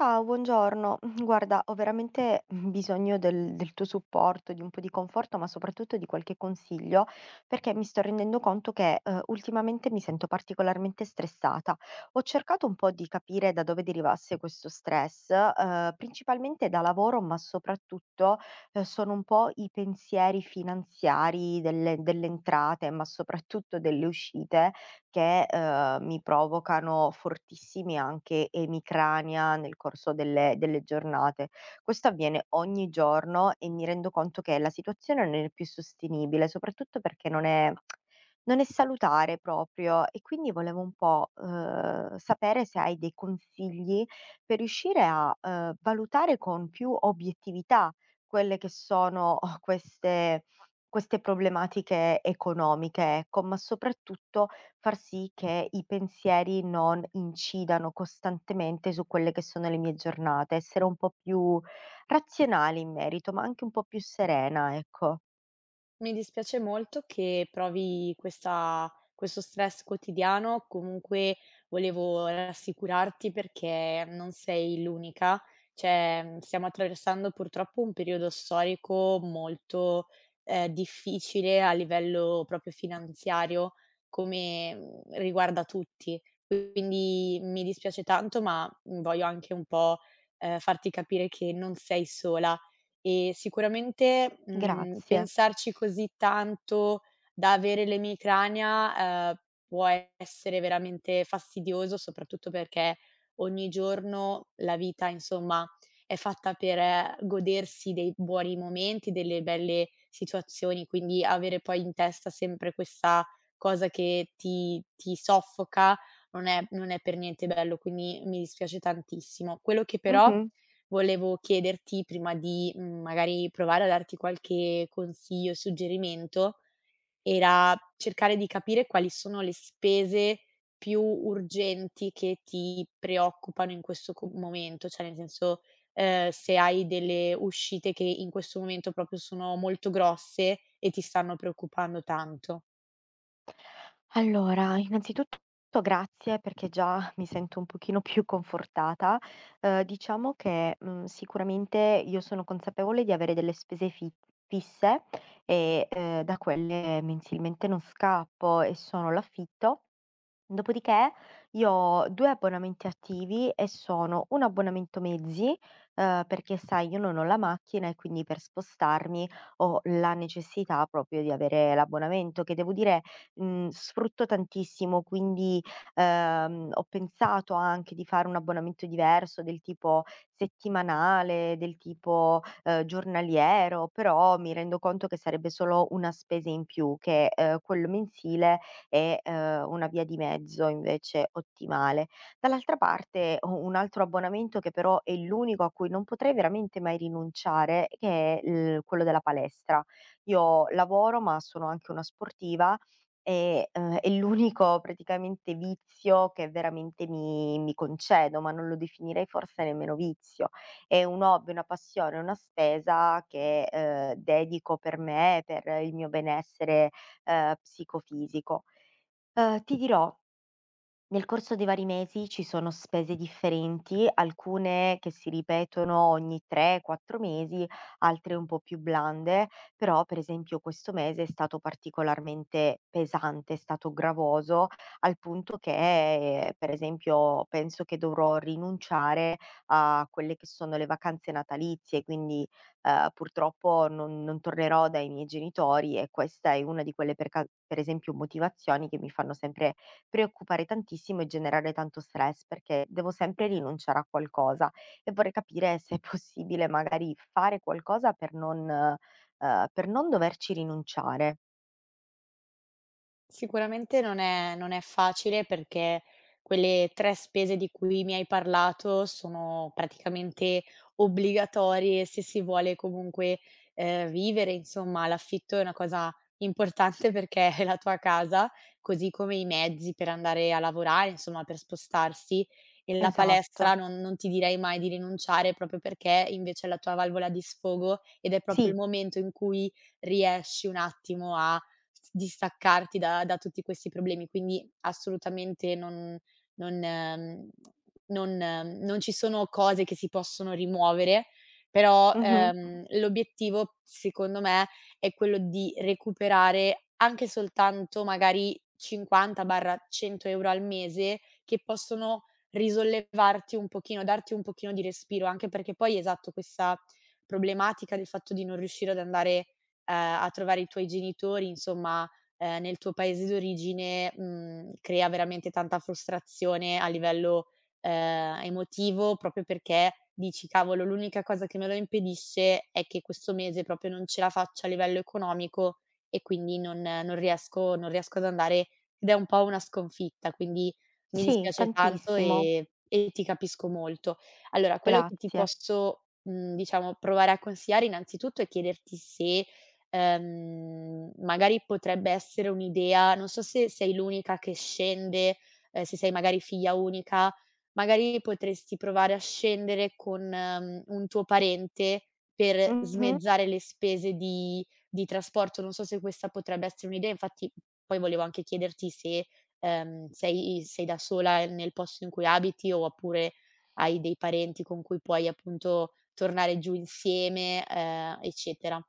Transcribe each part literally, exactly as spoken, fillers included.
Ciao, buongiorno. Guarda, ho veramente bisogno del, del tuo supporto, di un po' di conforto, ma soprattutto di qualche consiglio, perché mi sto rendendo conto che eh, ultimamente mi sento particolarmente stressata. Ho cercato un po' di capire da dove derivasse questo stress, eh, principalmente da lavoro, ma soprattutto eh, sono un po' i pensieri finanziari delle, delle entrate, ma soprattutto delle uscite che, uhm, mi provocano fortissimi anche emicrania nel corso delle delle giornate. Questo avviene ogni giorno e mi rendo conto che la situazione non è più sostenibile, soprattutto perché non è non è salutare proprio, e quindi volevo un po', uhm, sapere se hai dei consigli per riuscire a, uhm, valutare con più obiettività quelle che sono oh, queste queste problematiche economiche, ecco, ma soprattutto far sì che i pensieri non incidano costantemente su quelle che sono le mie giornate, essere un po' più razionale in merito, ma anche un po' più serena, ecco. Mi dispiace molto che provi questa questo stress quotidiano, comunque volevo rassicurarti perché non sei l'unica, cioè mhmm, stiamo attraversando purtroppo un periodo storico molto, ehm, difficile a livello proprio finanziario, come, mhmm, riguarda tutti. Quindi mi dispiace tanto, ma voglio anche un po', ehm, farti capire che non sei sola e sicuramente, mhmm, Grazie. pensarci così tanto da avere l'emicrania, ehm, può essere veramente fastidioso, soprattutto perché ogni giorno la vita, insomma, è fatta per eh, godersi dei buoni momenti, delle belle situazioni, quindi avere poi in testa sempre questa cosa che ti ti soffoca, non è non è per niente bello, quindi mi dispiace tantissimo. Quello che però Mh-mh. volevo chiederti prima di, mhmm, magari provare a darti qualche consiglio, suggerimento, era cercare di capire quali sono le spese più urgenti che ti preoccupano in questo co momento, cioè nel senso, ehm, se hai delle uscite che in questo momento proprio sono molto grosse e ti stanno preoccupando tanto. Allora, innanzitutto grazie, perché già mi sento un pochino più confortata. Uhm, diciamo che, mhmm, sicuramente io sono consapevole di avere delle spese fi fisse e, ehm, da quelle mensilmente non scappo, e sono l'affitto. Dopodiché io ho due abbonamenti attivi e sono un abbonamento mezzi, ehm, perché sai io non ho la macchina e quindi per spostarmi ho la necessità proprio di avere l'abbonamento che devo dire, mhmm, sfrutto tantissimo, quindi, ehm, ho pensato anche di fare un abbonamento diverso, del tipo settimanale, del tipo, ehm, giornaliero, però mi rendo conto che sarebbe solo una spesa in più, che, ehm, quello mensile è, ehm, una via di mezzo invece ottimale. Dall'altra parte ho un altro abbonamento che però è l'unico a cui non potrei veramente mai rinunciare, che è il quello della palestra. Io lavoro, ma sono anche una sportiva e, ehm, è l'unico praticamente vizio che veramente mi mi concedo, ma non lo definirei forse nemmeno vizio. È un hobby, una passione, una spesa che, ehm, dedico per me, per il mio benessere, ehm, psicofisico. Uhm, ti dirò, nel corso dei vari mesi ci sono spese differenti, alcune che si ripetono ogni tre, quattro mesi, altre un po' più blande, però per esempio questo mese è stato particolarmente pesante, è stato gravoso, al punto che eh, per esempio penso che dovrò rinunciare a quelle che sono le vacanze natalizie, quindi, uhm, purtroppo non non tornerò dai miei genitori, e questa è una di quelle per ca per esempio motivazioni che mi fanno sempre preoccupare tantissimo e generare tanto stress, perché devo sempre rinunciare a qualcosa, e vorrei capire se è possibile magari fare qualcosa per non ehm, per non doverci rinunciare. Sicuramente non è non è facile perché quelle tre spese di cui mi hai parlato sono praticamente obbligatorie se si vuole comunque, ehm, vivere, insomma. L'affitto è una cosa importante perché è la tua casa, così come i mezzi per andare a lavorare, insomma, per spostarsi, e la Esatto. palestra non non ti direi mai di rinunciare proprio perché invece è la tua valvola di sfogo ed è proprio il Sì. momento in cui riesci un attimo a s distaccarti da da tutti questi problemi. Quindi assolutamente non non mhmm, non ehm, non ci sono cose che si possono rimuovere, però, Mh-mh. ehm, l'obiettivo secondo me è quello di recuperare anche soltanto magari cinquanta o cento euro € al mese che possono risollevarti un pochino, darti un pochino di respiro, anche perché poi esatto, questa problematica del fatto di non riuscire ad andare ehm, a trovare i tuoi genitori, insomma, ehm, nel tuo paese d'origine, mhmm, crea veramente tanta frustrazione a livello, ehm, emotivo, proprio perché dici: "Cavolo, l'unica cosa che me lo impedisce è che questo mese proprio non ce la faccio a livello economico e quindi non non riesco non riesco ad andare", ed è un po' una sconfitta, quindi mi Sì, dispiace tanto tantissimo. e e ti capisco molto. Allora, quello che ti Grazie. posso, mhmm, diciamo provare a consigliare innanzitutto è chiederti se Ehm, magari potrebbe essere un'idea. Non so se sei l'unica che scende, ehm, se sei magari figlia unica, magari potresti provare a scendere con, mhmm, un tuo parente per Mh-mh. smezzare le spese di di trasporto. Non so se questa potrebbe essere un'idea, infatti poi volevo anche chiederti se, ehm, sei sei da sola, ehm, nel posto in cui abiti, o oppure hai dei parenti con cui puoi appunto tornare giù insieme, ehm, eccetera.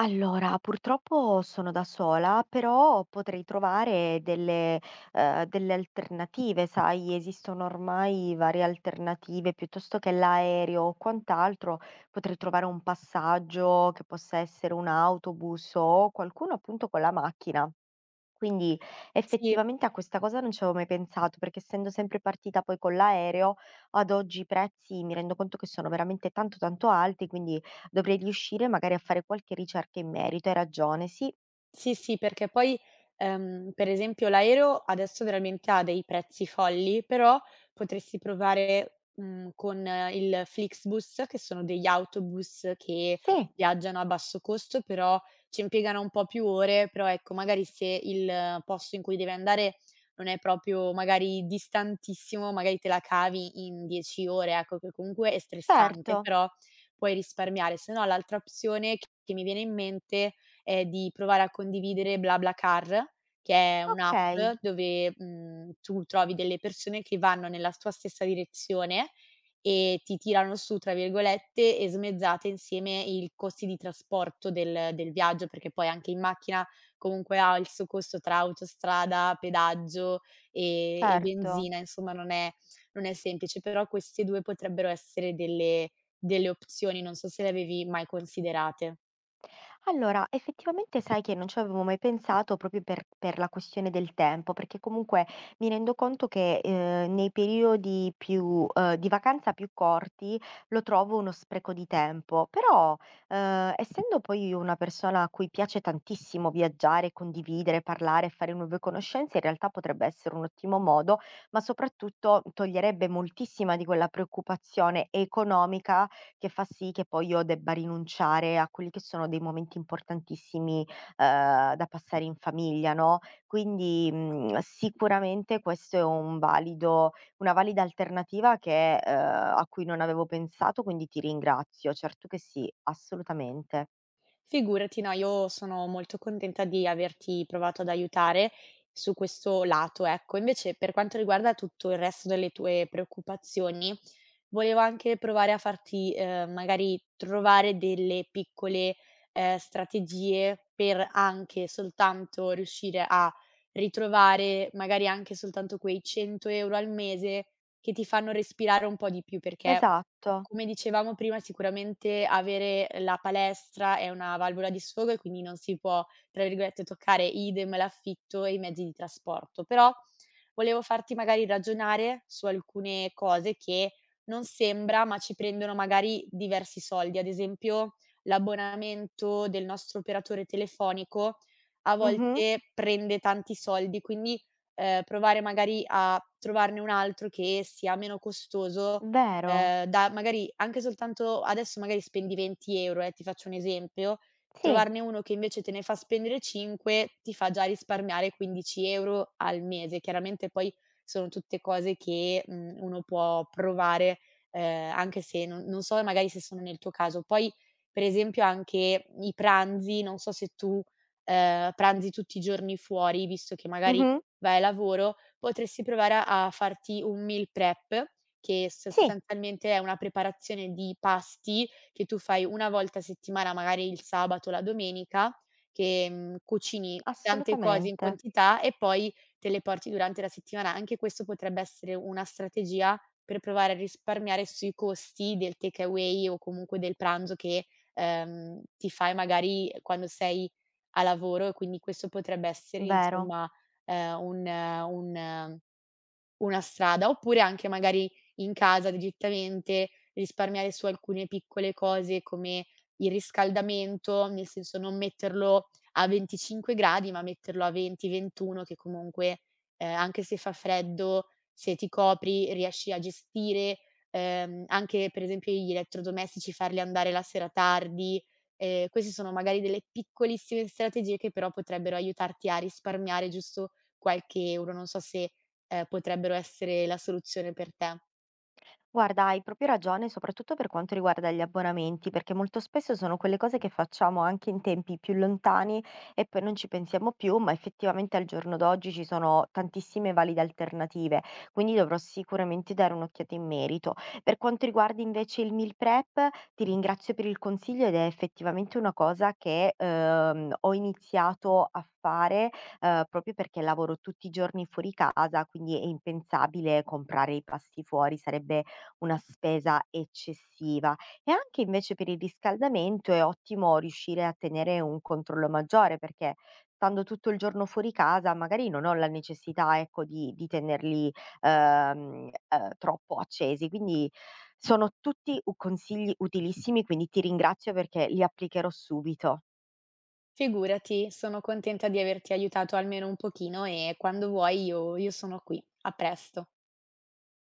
Allora, purtroppo sono da sola, però potrei trovare delle, ehm, delle alternative, sai, esistono ormai varie alternative, piuttosto che l'aereo o quant'altro, potrei trovare un passaggio che possa essere un autobus o qualcuno appunto con la macchina. Quindi Sì. effettivamente a questa cosa non ci avevo mai pensato, perché essendo sempre partita poi con l'aereo, ad oggi i prezzi mi rendo conto che sono veramente tanto tanto alti, quindi dovrei riuscire magari a fare qualche ricerca in merito. Hai ragione, sì. Sì, sì, perché poi, ehm, per esempio l'aereo adesso veramente ha dei prezzi folli, però potresti provare, mhmm, con il Flixbus, che sono degli autobus che Sì, viaggiano a basso costo, però ci impiegano un po' più ore, però ecco, magari se il posto in cui devi andare non è proprio magari distantissimo, magari te la cavi in dieci ore, ecco, che comunque è stressante, certo. però puoi risparmiare. Se no, l'altra opzione che mi viene in mente è di provare a condividere BlaBlaCar, che è Okay, un'app dove, mhmm, tu trovi delle persone che vanno nella tua stessa direzione e ti "tirano su", tra virgolette, e smezzate insieme il costi di trasporto del del viaggio, perché poi anche in macchina comunque ha il suo costo tra autostrada, pedaggio e e certo. benzina, insomma non è non è semplice, però queste due potrebbero essere delle delle opzioni, non so se le avevi mai considerate. Allora, effettivamente sai che non ci avevo mai pensato proprio per per la questione del tempo, perché comunque mi rendo conto che, ehm, nei periodi più ehm, di vacanza più corti lo trovo uno spreco di tempo, però, ehm, essendo poi io una persona a cui piace tantissimo viaggiare, condividere, parlare, fare nuove conoscenze, in realtà potrebbe essere un ottimo modo, ma soprattutto toglierebbe moltissima di quella preoccupazione economica che fa sì che poi io debba rinunciare a quelli che sono dei momenti importantissimi, ehm, da passare in famiglia, no, quindi, mhmm, sicuramente questo è un valido una valida alternativa che ehm, a cui non avevo pensato, quindi ti ringrazio. Certo che sì, assolutamente. Figurati, no, io sono molto contenta di averti provato ad aiutare su questo lato, ecco. Invece, per quanto riguarda tutto il resto delle tue preoccupazioni, volevo anche provare a farti, ehm, magari trovare delle piccole, ehm, strategie per anche soltanto riuscire a ritrovare magari anche soltanto quei cento euro € al mese che ti fanno respirare un po' di più, perché Esatto. come dicevamo prima sicuramente avere la palestra è una valvola di sfogo e quindi non si può, tra virgolette, "toccare", idem l'affitto e i mezzi di trasporto. Però volevo farti magari ragionare su alcune cose che non sembra, ma ci prendono magari diversi soldi. Ad esempio, l'abbonamento del nostro operatore telefonico a Mh-mh. volte prende tanti soldi, quindi, ehm, provare magari a trovarne un altro che sia meno costoso, Vero. ehm, da magari anche soltanto adesso magari spendi venti euro €, eh, ti faccio un esempio, Sì. trovarne uno che invece te ne fa spendere cinque ti fa già risparmiare quindici euro € al mese. Chiaramente poi sono tutte cose che, mhmm, uno può provare, ehm, anche se non non so magari se sono nel tuo caso. Poi per esempio anche i pranzi, non so se tu, ehm, pranzi tutti i giorni fuori, visto che magari Mh-mh. vai a lavoro, potresti provare a a farti un meal prep, che Sì, sostanzialmente è una preparazione di pasti che tu fai una volta a settimana, magari il sabato o la domenica, che, mhmm, cucini tante cose in assolutamente. quantità e poi te le porti durante la settimana. Anche questo potrebbe essere una strategia per provare a risparmiare sui costi del take away o comunque del pranzo che, ehm, ti fai magari quando sei a lavoro, e quindi questo potrebbe essere, Vero. insomma, ehm, un eh, un eh, una strada, oppure anche magari in casa direttamente risparmiare su alcune piccole cose come il riscaldamento, nel senso non metterlo a venticinque gradi, ma metterlo a venti, ventuno, che comunque, ehm, anche se fa freddo, se ti copri riesci a gestire, ehm, anche per esempio gli elettrodomestici, farli andare la sera tardi. Ehm, queste sono magari delle piccolissime strategie che però potrebbero aiutarti a risparmiare giusto qualche euro. Non so se eh, potrebbero essere la soluzione per te. Guarda, hai proprio ragione, soprattutto per quanto riguarda gli abbonamenti, perché molto spesso sono quelle cose che facciamo anche in tempi più lontani e poi non ci pensiamo più, ma effettivamente al giorno d'oggi ci sono tantissime valide alternative, quindi dovrò sicuramente dare un'occhiata in merito. Per quanto riguarda invece il meal prep, ti ringrazio per il consiglio, ed è effettivamente una cosa che ehm, ho iniziato a fare eh, proprio perché lavoro tutti i giorni fuori casa, quindi è impensabile comprare i pasti fuori, sarebbe una spesa eccessiva. E anche invece per il riscaldamento è ottimo riuscire a tenere un controllo maggiore, perché stando tutto il giorno fuori casa magari non ho la necessità, ecco, di di tenerli, ehm, ehm, troppo accesi. Quindi sono tutti u consigli utilissimi, quindi ti ringrazio perché li applicherò subito. Figurati, sono contenta di averti aiutato almeno un pochino e quando vuoi io io sono qui. A presto.